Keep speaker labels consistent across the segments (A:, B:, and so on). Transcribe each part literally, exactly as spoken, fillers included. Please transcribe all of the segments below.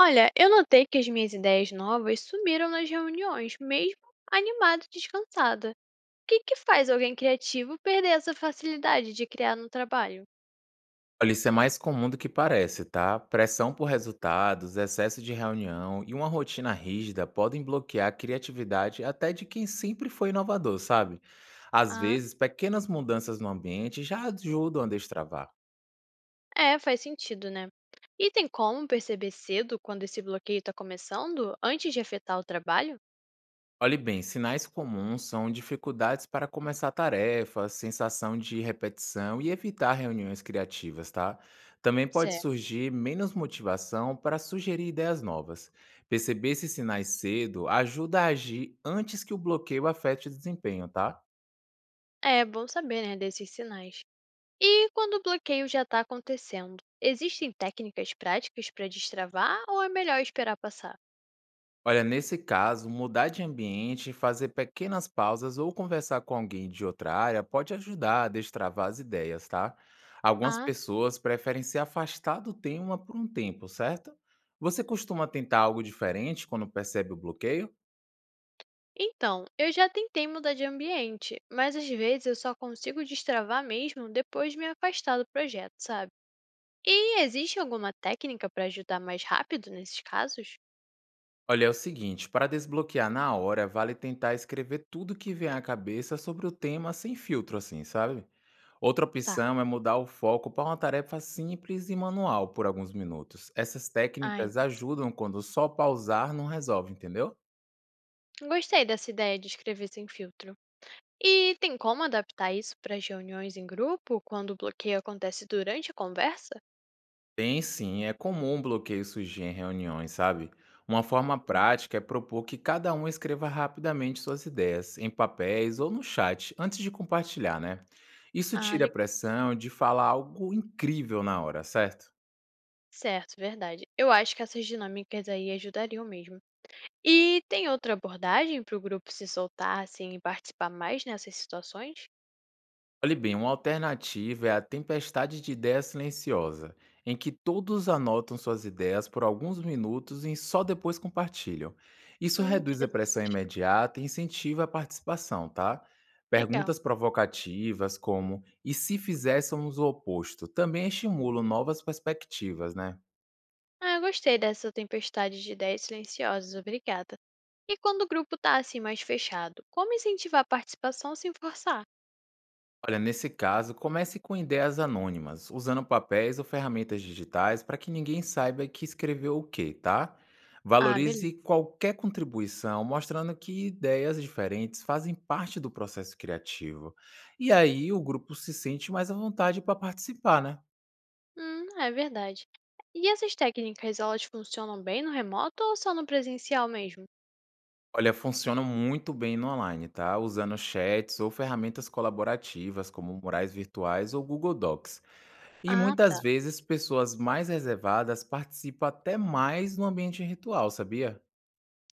A: Olha, eu notei que as minhas ideias novas sumiram nas reuniões, mesmo animada e descansada. O que que faz alguém criativo perder essa facilidade de criar no trabalho?
B: Olha, isso é mais comum do que parece, tá? Pressão por resultados, excesso de reunião e uma rotina rígida podem bloquear a criatividade até de quem sempre foi inovador, sabe? Às
A: Ah,
B: vezes, pequenas mudanças no ambiente já ajudam a destravar.
A: é, Faz sentido, né? E tem como perceber cedo quando esse bloqueio está começando, antes de afetar o trabalho?
B: Olhe bem, sinais comuns são dificuldades para começar tarefas, sensação de repetição e evitar reuniões criativas, tá? Também pode
A: Certo.
B: surgir menos motivação para sugerir ideias novas. Perceber esses sinais cedo ajuda a agir antes que o bloqueio afete o desempenho, tá?
A: É bom saber, né, desses sinais. E quando o bloqueio já está acontecendo, existem técnicas práticas para destravar ou é melhor esperar passar?
B: Olha, nesse caso, mudar de ambiente, fazer pequenas pausas ou conversar com alguém de outra área pode ajudar a destravar as ideias, tá? Algumas
A: Ah,
B: pessoas preferem se afastar do tema por um tempo, certo? Você costuma tentar algo diferente quando percebe o bloqueio?
A: Então, eu já tentei mudar de ambiente, mas às vezes eu só consigo destravar mesmo depois de me afastar do projeto, sabe? E existe alguma técnica para ajudar mais rápido nesses casos?
B: Olha, é o seguinte, para desbloquear na hora, vale tentar escrever tudo que vem à cabeça sobre o tema sem filtro, assim, sabe? Outra
A: Tá,
B: opção é mudar o foco para uma tarefa simples e manual por alguns minutos. Essas
A: ai,
B: técnicas ajudam quando só pausar não resolve, entendeu?
A: Gostei dessa ideia de escrever sem filtro. E tem como adaptar isso para as reuniões em grupo, quando o bloqueio acontece durante a conversa?
B: Tem sim, é comum um bloqueio surgir em reuniões, sabe? Uma forma
A: Hum.
B: prática é propor que cada um escreva rapidamente suas ideias, em papéis ou no chat, antes de compartilhar, né? Isso
A: Ah,
B: tira a
A: le-
B: pressão de falar algo incrível na hora, certo?
A: Certo, verdade. Eu acho que essas dinâmicas aí ajudariam mesmo. E tem outra abordagem para o grupo se soltar, assim, e participar mais nessas situações?
B: Olhe bem, uma alternativa é a tempestade de ideias silenciosa, em que todos anotam suas ideias por alguns minutos e só depois compartilham. Isso
A: Hum,
B: reduz a
A: interessante,
B: pressão imediata e incentiva a participação, tá?
A: legal.
B: Perguntas provocativas como e se fizéssemos o oposto também estimulam novas perspectivas, né?
A: Ah, eu gostei dessa tempestade de ideias silenciosas, obrigada. E quando o grupo tá assim mais fechado, como incentivar a participação sem forçar?
B: Olha, nesse caso, comece com ideias anônimas, usando papéis ou ferramentas digitais para que ninguém saiba que escreveu o quê, tá?
A: Ah, beleza.
B: Valorize qualquer contribuição, mostrando que ideias diferentes fazem parte do processo criativo. E aí o grupo se sente mais à vontade para participar, né?
A: Hum, é verdade. E essas técnicas, elas funcionam bem no remoto ou só no presencial mesmo?
B: Olha, funciona muito bem no online, tá? Usando chats ou ferramentas colaborativas, como murais virtuais ou Google Docs. E
A: Ah, tá.
B: muitas vezes pessoas mais reservadas participam até mais no ambiente ritual, sabia?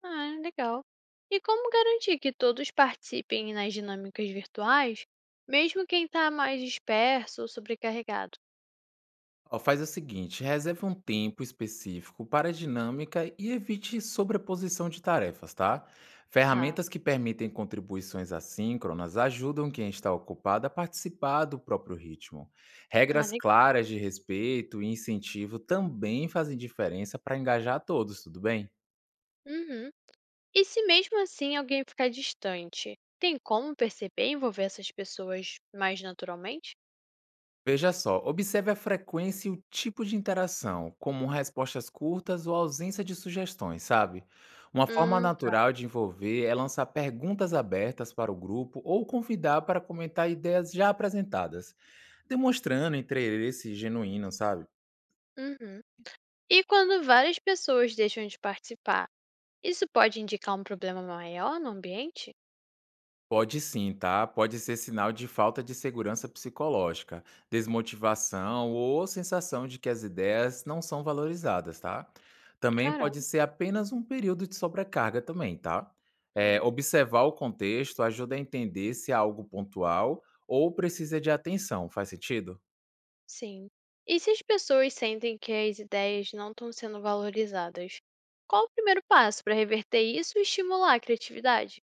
A: Ah, legal. E como garantir que todos participem nas dinâmicas virtuais, mesmo quem está mais disperso ou sobrecarregado?
B: Ó, faz o seguinte, reserve um tempo específico para a dinâmica e evite sobreposição de tarefas, tá?
A: Tá.
B: Ferramentas que permitem contribuições assíncronas ajudam quem está ocupado a participar do próprio ritmo.
A: Ah,
B: Regras
A: legal.
B: claras de respeito e incentivo também fazem diferença para engajar todos, tudo bem?
A: Uhum. E se mesmo assim alguém ficar distante, tem como perceber e envolver essas pessoas mais naturalmente?
B: Veja só, observe a frequência e o tipo de interação, como respostas curtas ou ausência de sugestões, sabe? Uma forma
A: Hum,
B: natural de envolver é lançar perguntas abertas para o grupo ou convidar para comentar ideias já apresentadas, demonstrando interesse genuíno, sabe?
A: uhum. E quando várias pessoas deixam de participar, isso pode indicar um problema maior no ambiente?
B: Pode sim, tá? Pode ser sinal de falta de segurança psicológica, desmotivação ou sensação de que as ideias não são valorizadas, tá? Também pode
A: Caramba.
B: ser apenas um período de sobrecarga também, tá? É, observar o contexto ajuda a entender se é algo pontual ou precisa de atenção, faz sentido?
A: Sim. E se as pessoas sentem que as ideias não estão sendo valorizadas? Qual o primeiro passo para reverter isso e estimular a criatividade?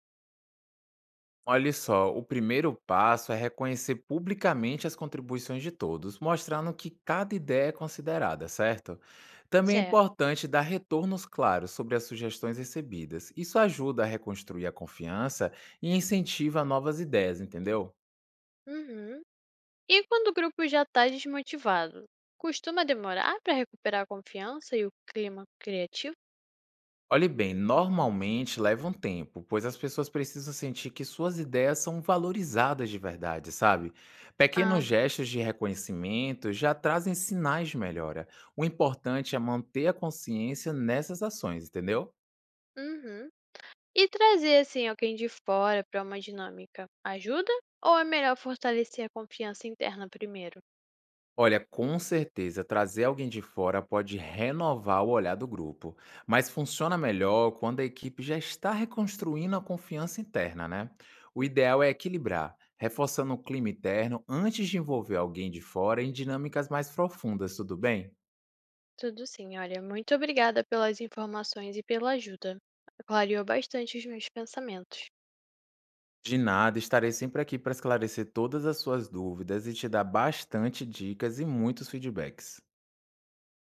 B: Olha só, o primeiro passo é reconhecer publicamente as contribuições de todos, mostrando que cada ideia é considerada, certo? Também é
A: Certo.
B: importante dar retornos claros sobre as sugestões recebidas. Isso ajuda a reconstruir a confiança e incentiva novas ideias, entendeu?
A: Uhum. E quando o grupo já está desmotivado? Costuma demorar para recuperar a confiança e o clima criativo?
B: Olhe bem, normalmente leva um tempo, pois as pessoas precisam sentir que suas ideias são valorizadas de verdade, sabe? Pequenos
A: Ah,
B: gestos de reconhecimento já trazem sinais de melhora. O importante é manter a consciência nessas ações, entendeu?
A: uhum. E trazer assim alguém de fora para uma dinâmica ajuda? Ou é melhor fortalecer a confiança interna primeiro?
B: Olha, com certeza, trazer alguém de fora pode renovar o olhar do grupo, mas funciona melhor quando a equipe já está reconstruindo a confiança interna, né? O ideal é equilibrar, reforçando o clima interno antes de envolver alguém de fora em dinâmicas mais profundas, tudo bem?
A: Tudo sim, olha, muito obrigada pelas informações e pela ajuda. Clareou bastante os meus pensamentos.
B: De nada, estarei sempre aqui para esclarecer todas as suas dúvidas e te dar bastante dicas e muitos feedbacks.